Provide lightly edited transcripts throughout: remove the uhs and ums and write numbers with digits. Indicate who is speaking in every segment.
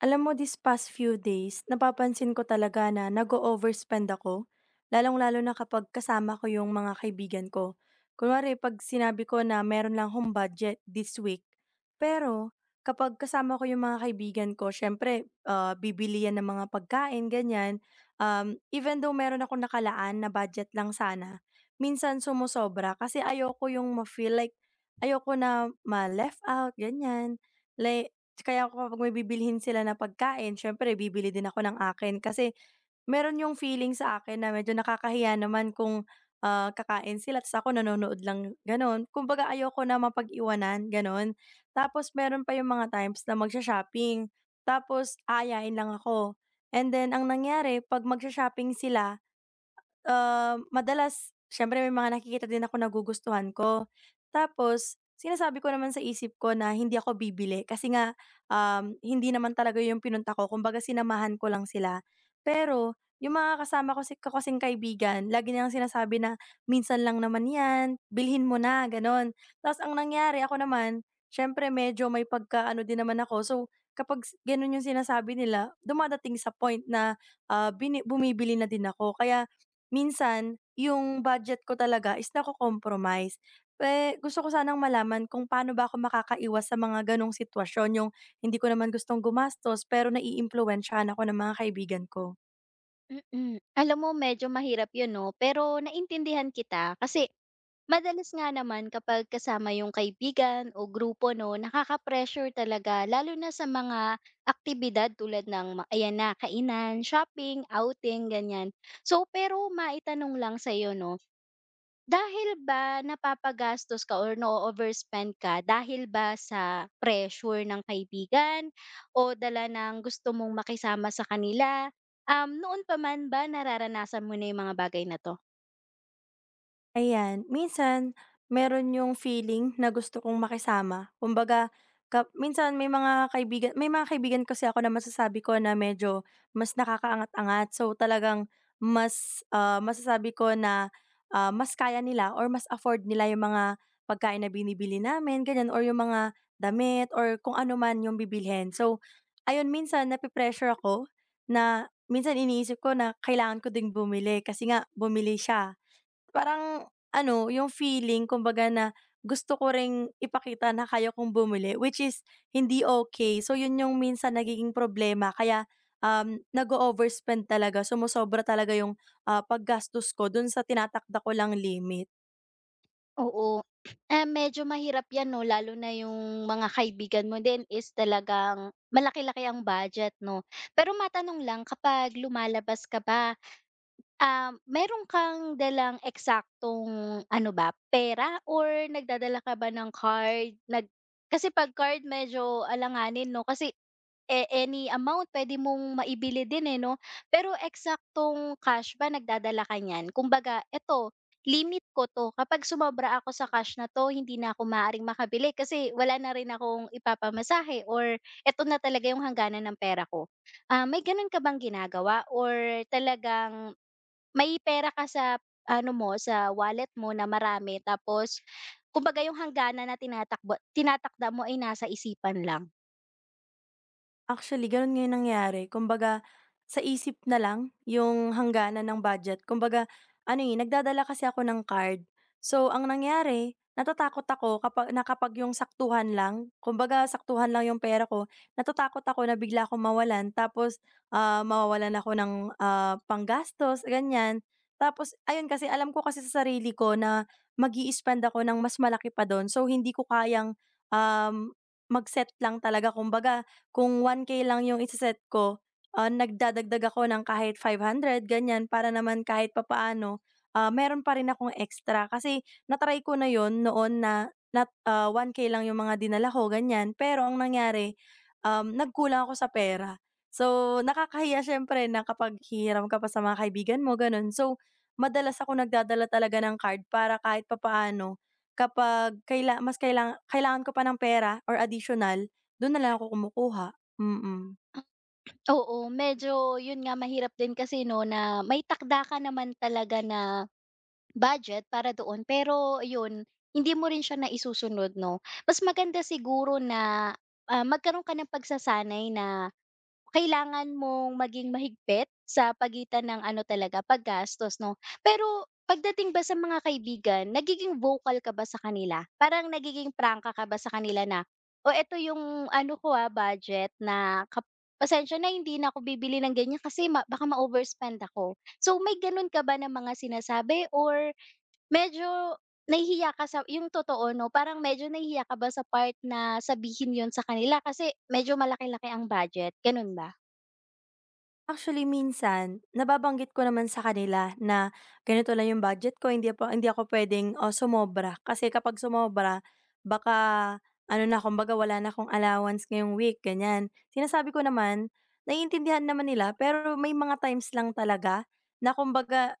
Speaker 1: Alam mo these past few days, napapansin ko talaga na nag overspend ako, lalong-lalo na kapag kasama ko yung mga kaibigan ko. Kunwari 'pag sinabi ko na meron lang akong budget this week, pero kapag kasama ko yung mga kaibigan ko siyempre, bibili yan ng mga pagkain ganyan. Even though meron akong nakalaan na budget lang sana, minsan sumosobra kasi ayoko yung ma-feel like ayoko na ma-left out ganyan. Like kaya ako kapag may bibilhin sila na pagkain siyempre bibili din ako ng akin kasi meron yung feeling sa akin na medyo nakakahiya naman kung, kakain sila tas ako nanonood lang gano'n. Kumbaga ayoko na mapag-iwanan gano'n. Tapos meron pa yung mga times na magsho-shopping tapos aayain lang ako and then ang nangyari 'pag magsho-shopping sila. Madalas siyempre may mga nakikita din ako nagugustuhan ko. Tapos sinasabi ko naman sa isip ko na hindi ako bibili kasi nga, hindi naman talaga 'yun pinunta ko kumbaga sinamahan ko lang sila. Pero yung mga kasama ko si ko kasing kaibigan lagi nilang sinasabi na, "Minsan lang naman 'yan, bilhin mo na," gano'n. Tapos ang nangyari ako naman, siyempre medyo may pagka-ano din naman ako, so kapag gano'n yung sinasabi nila dumadating sa point na, bumibili na din ako, kaya minsan, yung budget ko talaga is nako-compromise. Gusto ko sanang malaman kung paano ba ako makakaiwas sa mga gano'ng sitwasyon, yung hindi ko naman gustong gumastos pero naiimpluwensyahan ako ng mga kaibigan ko.
Speaker 2: Mm. Alam mo medyo mahirap 'yun 'no, pero naintindihan kita kasi madalas nga naman kapag kasama yung kaibigan o grupo 'no, nakaka-pressure talaga lalo na sa mga aktibidad tulad ng ayan na, kainan, shopping, outing, ganiyan. So, pero maitanong lang sa'yo 'no, dahil ba napapagastos ka or no overspend ka dahil ba sa pressure ng kaibigan o dala ng gusto mong makisama sa kanila? Noon pa man ba nararanasan mo na yung mga bagay na 'to?
Speaker 1: Ayan, minsan meron yung feeling na gusto kong makisama. Kumbaga, minsan may mga kaibigan kasi ako na masasabi ko na medyo mas nakakaangat-angat. So, talagang mas, masasabi ko na, mas kaya nila or mas afford nila yung mga pagkain na binibili namin, ganyan or yung mga damit or kung ano man yung bibilhin. So, ayun minsan napipressure ako na minsan iniisip ko na kailangan ko ding bumili kasi nga bumili siya. Parang ano, yung feeling kumbaga na gusto ko ring ipakita na kaya kong bumili, which is hindi okay. So, yun yung minsan nagiging problema kaya, nag-o-overspend talaga, sumosobra talaga yung, paggastos ko dun sa tinatakda ko lang limit.
Speaker 2: Oo, medyo mahirap 'yan 'no lalo na yung mga kaibigan mo din is talagang malaki-laki ang budget 'no. Pero matanong lang kapag lumalabas ka ba. Meron kang dalang eksaktong ano ba, pera or nagdadala ka ba ng card? Kasi 'pag card medyo alanganin 'no, kasi any amount pwede mong maibili din, eh, 'no? Pero eksaktong cash ba nagdadala ka niyan? Kumbaga, "Eto, limit ko 'to. Kapag sumobra ako sa cash na 'to, hindi na ako maaaring makabili kasi wala na rin akong ipapamasahe or eto na talaga yung hangganan ng pera ko." May gano'n ka bang ginagawa or talagang may pera ka sa ano mo, sa wallet mo na marami tapos kumbaga yung hangganan na tinatakda mo ay nasa isipan lang.
Speaker 1: Actually, gano'n nga yung nangyari. Kumbaga, sa isip na lang yung hangganan ng budget. Kumbaga, ano, eh, nagdadala kasi ako ng card. So, ang nangyari, natatakot ako kapag yung saktuhan lang, kumbaga saktuhan lang yung pera ko, natatakot ako na bigla akong mawalan tapos, mawawalan ako ng, panggastos, ganyan. Tapos ayun, kasi alam ko kasi sa sarili ko na mag-i-spend ako ng mas malaki pa dun. So, hindi ko kayang, um, mag-set lang talaga. Kumbaga kung 1K lang yung ise-set ko, nagdadagdag ako ng kahit 500 ganyan para naman kahit papaano, meron pa rin akong extra. Kasi na ko na yon noon na 1K lang yung mga dinala ko ganyan, pero ang nangyari, nagkulang ako sa pera. So, nakakahiya siyempre na kapag hihiram ka pa sa mga kaibigan mo gano'n. So, madalas ako nagdadala talaga ng card para kahit papaano kapag mas kailangan ko pa ng pera or additional. Dun na lang ako kumukuha. Mm.
Speaker 2: Oo, medyo yun nga mahirap din kasi 'no na may takda ka naman talaga na budget para doon pero yun, hindi mo rin siya na isusunod 'no. Mas maganda siguro na, magkaroon ka ng pagsasanay na kailangan mong maging mahigpit sa pagitan ng ano talaga, paggastos 'no. Pero pagdating ba sa mga kaibigan, nagiging vocal ka ba sa kanila? Parang nagiging prangka ka ba sa kanila na, "Oh, eto yung ano ko, budget na pasensya na hindi na ako bibili ng ganyan kasi baka ma-overspend ako." So, may gano'n ka ba na mga sinasabi or medyo nahihiya ka sa yung totoo 'no, parang medyo nahihiya ka ba sa part na sabihin yon sa kanila kasi medyo malaki-laki ang budget, gano'n ba?
Speaker 1: Actually minsan, nababanggit ko naman sa kanila na ganito lang yung budget ko, hindi po hindi ako puwedeng, sumobra kasi kapag sumobra baka ano na, kumbaga wala na akong allowance ngayong week, ganyan. Sinasabi ko naman, naiintindihan naman nila pero may mga times lang talaga na kumbaga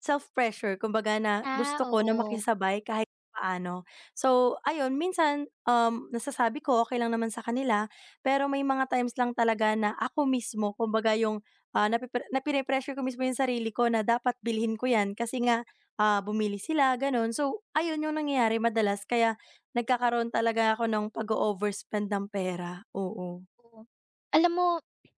Speaker 1: self-pressure, kumbaga na gusto ko na
Speaker 2: Oo.
Speaker 1: makisabay kahit papaano. So ayun, minsan, nasasabi ko okay lang naman sa kanila, pero may mga times lang talaga na ako mismo kumbaga yung Ah, napipre napine-pressure ko mismo yung sarili ko na dapat bilhin ko 'yan kasi nga, bumili sila gano'n. So, ayun yung nangyayari madalas kaya nagkakaroon talaga ako ng pag-o-overspend ng pera, oo.
Speaker 2: Oo. Alam mo,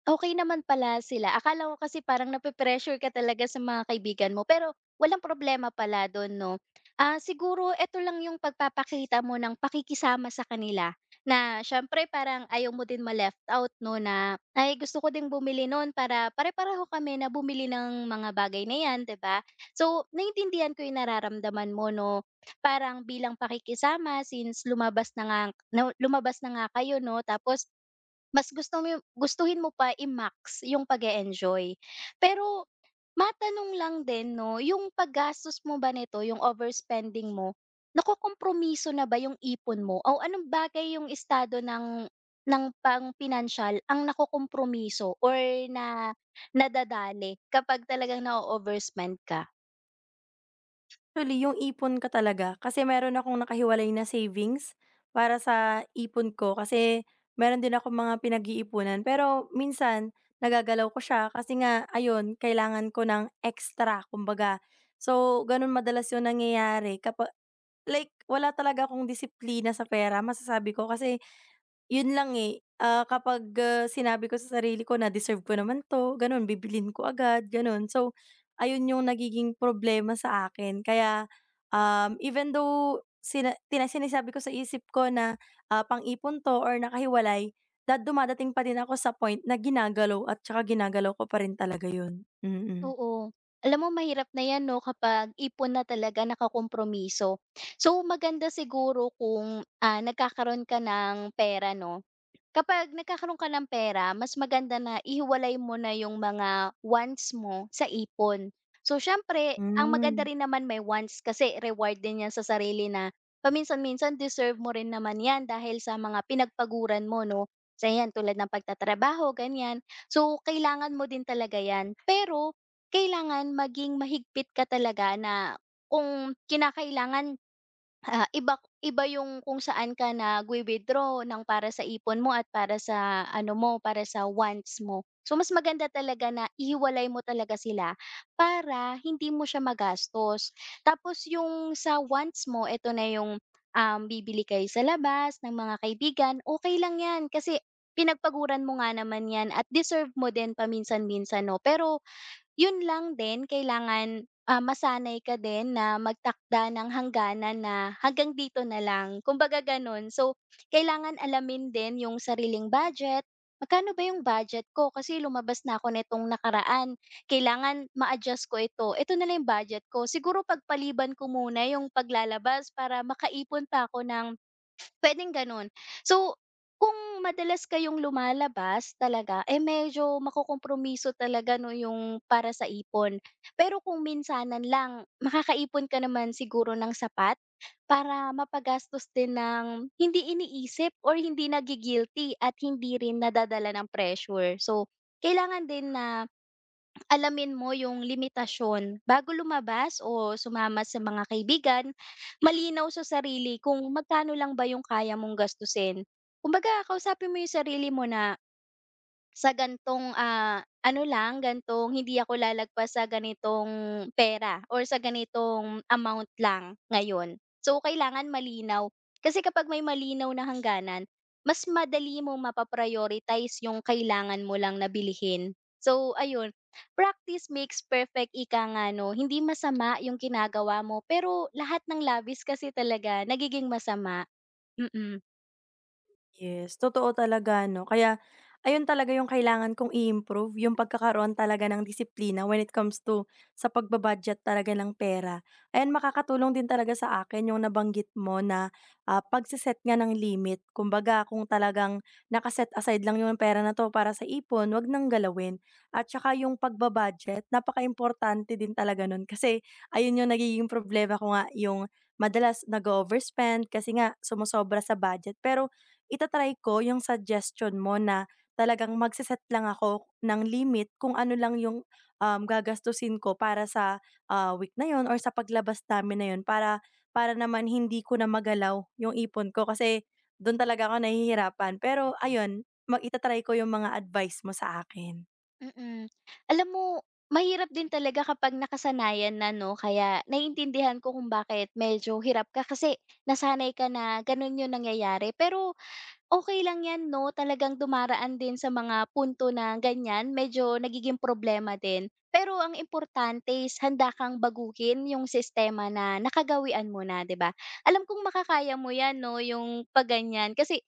Speaker 2: okay naman pala sila. Akala ko kasi parang nape-pressure ka talaga sa mga kaibigan mo, pero walang problema pala dun 'no. Siguro eto lang yung pagpapakita mo ng pakikisama sa kanila na siyempre parang ayaw mo din ma-left out 'no na, "Ay gusto ko ding bumili noon para pare-pareho kami na bumili ng mga bagay na 'yan," 'di ba? So, naintindihan ko yung nararamdaman mo 'no. Parang bilang pakikisama since lumabas na nga kayo 'no tapos mas gusto mo yung gustuhin mo pa i-max yung pag enjoy. Pero matanong lang din 'no, yung paggastos mo ba nito, yung overspending mo, nakokompromiso na ba yung ipon mo o anong bagay yung estado ng pang-pinansyal ang nakokompromiso or na nadadali kapag talagang na overspend ka?
Speaker 1: Actually, yung ipon ko talaga kasi meron akong nakahiwalay na savings para sa ipon ko kasi meron din ako mga pinag-iipunan. Pero minsan nagagalaw ko siya kasi nga ayun, kailangan ko ng extra kumbaga. So, gano'n madalas yung nangyayari. Like wala talaga akong disiplina sa pera masasabi ko kasi yun lang, eh, kapag, sinabi ko sa sarili ko na deserve ko naman 'to, gano'n, bibilin ko agad, gano'n. So, ayun yung nagiging problema sa akin kaya, even though sinasabi ko sa isip ko na, pang-ipon 'to or nakahiwalay, dumadating pa din ako sa point na ginagalaw at saka ginagalaw ko pa rin talaga yun. Mm-mm.
Speaker 2: Oo. Alam mo mahirap na 'yan 'no kapag ipon na talaga, nakakompromiso. So maganda siguro kung, nagkakaroon ka ng pera 'no. Kapag nagkakaroon ka ng pera, mas maganda na ihiwalay mo na yung mga wants mo sa ipon. So siyempre, ang
Speaker 1: Mm.
Speaker 2: maganda
Speaker 1: Hmm.
Speaker 2: rin naman may wants kasi reward din yan sa sarili na paminsan-minsan deserve mo rin naman yan dahil sa mga pinagpaguran mo, no? So yan, tulad ng pagtatrabaho, ganyan. So kailangan mo din talaga yan. Pero kailangan maging mahigpit ka talaga na kung kinakailangan. Iba iba yung kung saan ka nagwi-withdraw ng para sa ipon mo at para sa ano mo, para sa wants mo. So, mas maganda talaga na ihiwalay mo talaga sila para hindi mo siya magastos. Tapos yung sa wants mo, eto na yung, bibili kayo sa labas ng mga kaibigan, okay lang 'yan kasi pinagpaguran mo nga naman 'yan at deserve mo din paminsan-minsan 'no. Pero 'yun lang din kailangan, masanay ka din na magtakda ng hangganan na hanggang dito na lang, kumbaga gano'n. So, kailangan alamin din yung sariling budget, magkano ba yung budget ko kasi lumabas na ako nitong nakaraan, kailangan ma-adjust ko ito, ito na lang yung budget ko. Siguro pagpaliban ko muna yung paglalabas para makaipon pa ako ng. Puwedeng gano'n. So, kung madalas kayong lumalabas talaga, eh, medyo makokompromiso talaga 'no, yung para sa ipon. Pero kung minsanan lang, makakaipon ka naman siguro ng sapat para mapagastos din ng hindi iniisip or hindi nagi-guilty at hindi rin nadadala ng pressure. So, kailangan din na alamin mo yung limitasyon bago lumabas o sumama sa mga kaibigan malinaw sa sarili kung magkano lang ba yung kaya mong gastusin. Kumbaga kausapin mo yung sarili mo na, sa gan'tong, ano lang gan'tong hindi ako lalagpas sa ganitong pera or sa ganitong amount lang ngayon. So, kailangan malinaw. Kasi kapag may malinaw na hangganan, mas madali mo mapaprioritize yung kailangan mo lang na bilhin. So, ayun, practice makes perfect ika nga 'no. Hindi masama yung ginagawa mo, pero lahat ng labis kasi talaga nagiging masama. Mm.
Speaker 1: Yes, totoo talaga 'no. Kaya ayun talaga yung kailangan kong i-improve, yung pagkakaroon talaga ng disiplina when it comes to sa pagba talaga ng pera. Ayan, makakatulong din talaga sa akin yung nabanggit mo na, pagse-set nga ng limit. Kumbaga kung talagang nakaset aside lang yung pera na 'to para sa ipon, 'wag nang galawin. At saka yung pagba-budget, napakaimportante din talaga nun kasi ayun yung nagiging problema ko nga, yung madalas nag overspend kasi nga sumosobra sa budget. Pero ita ko yung suggestion mo na talagang lang ako ng limit kung ano lang yung, gagastusin ko para sa, week na yon or sa paglabas namin na yon para para naman hindi ko na magalaw yung ipon ko kasi dun talaga ako nahihirapan. Pero ayun, ita-try ko yung mga advice mo sa akin.
Speaker 2: Mm. Alam mo, mahirap din talaga kapag nakasanayan na 'no, kaya naiintindihan ko kung bakit medyo hirap ka kasi nasanay ka na gano'n 'yung nangyayari. Pero okay lang 'yan 'no, talagang dumaraan din sa mga punto na ganyan medyo nagiging problema din. Pero ang importante is handa kang baguhin yung sistema na nakagawian mo na, 'di ba? Alam kong makakaya mo 'yan 'no, yung pagganyan kasi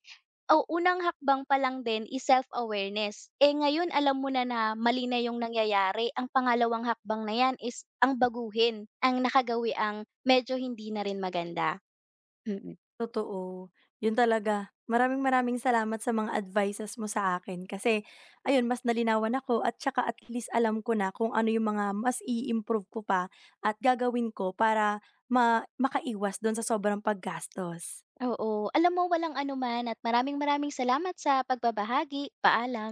Speaker 2: o unang hakbang pa lang din is self-awareness. Eh, ngayon alam mo na na mali na yung nangyayari, ang pangalawang hakbang na 'yan is ang baguhin ang nakagawiang medyo hindi na rin maganda, mm.
Speaker 1: Totoo, yun talaga. Maraming maraming salamat sa mga advices mo sa akin kasi ayun mas nalinawan ako at tsaka at least alam ko na kung ano yung mga mas i-improve ko pa at gagawin ko para makaiwas dun sa sobrang paggastos.
Speaker 2: Oo, alam mo walang anuman at maraming maraming salamat sa pagbabahagi. Paalam.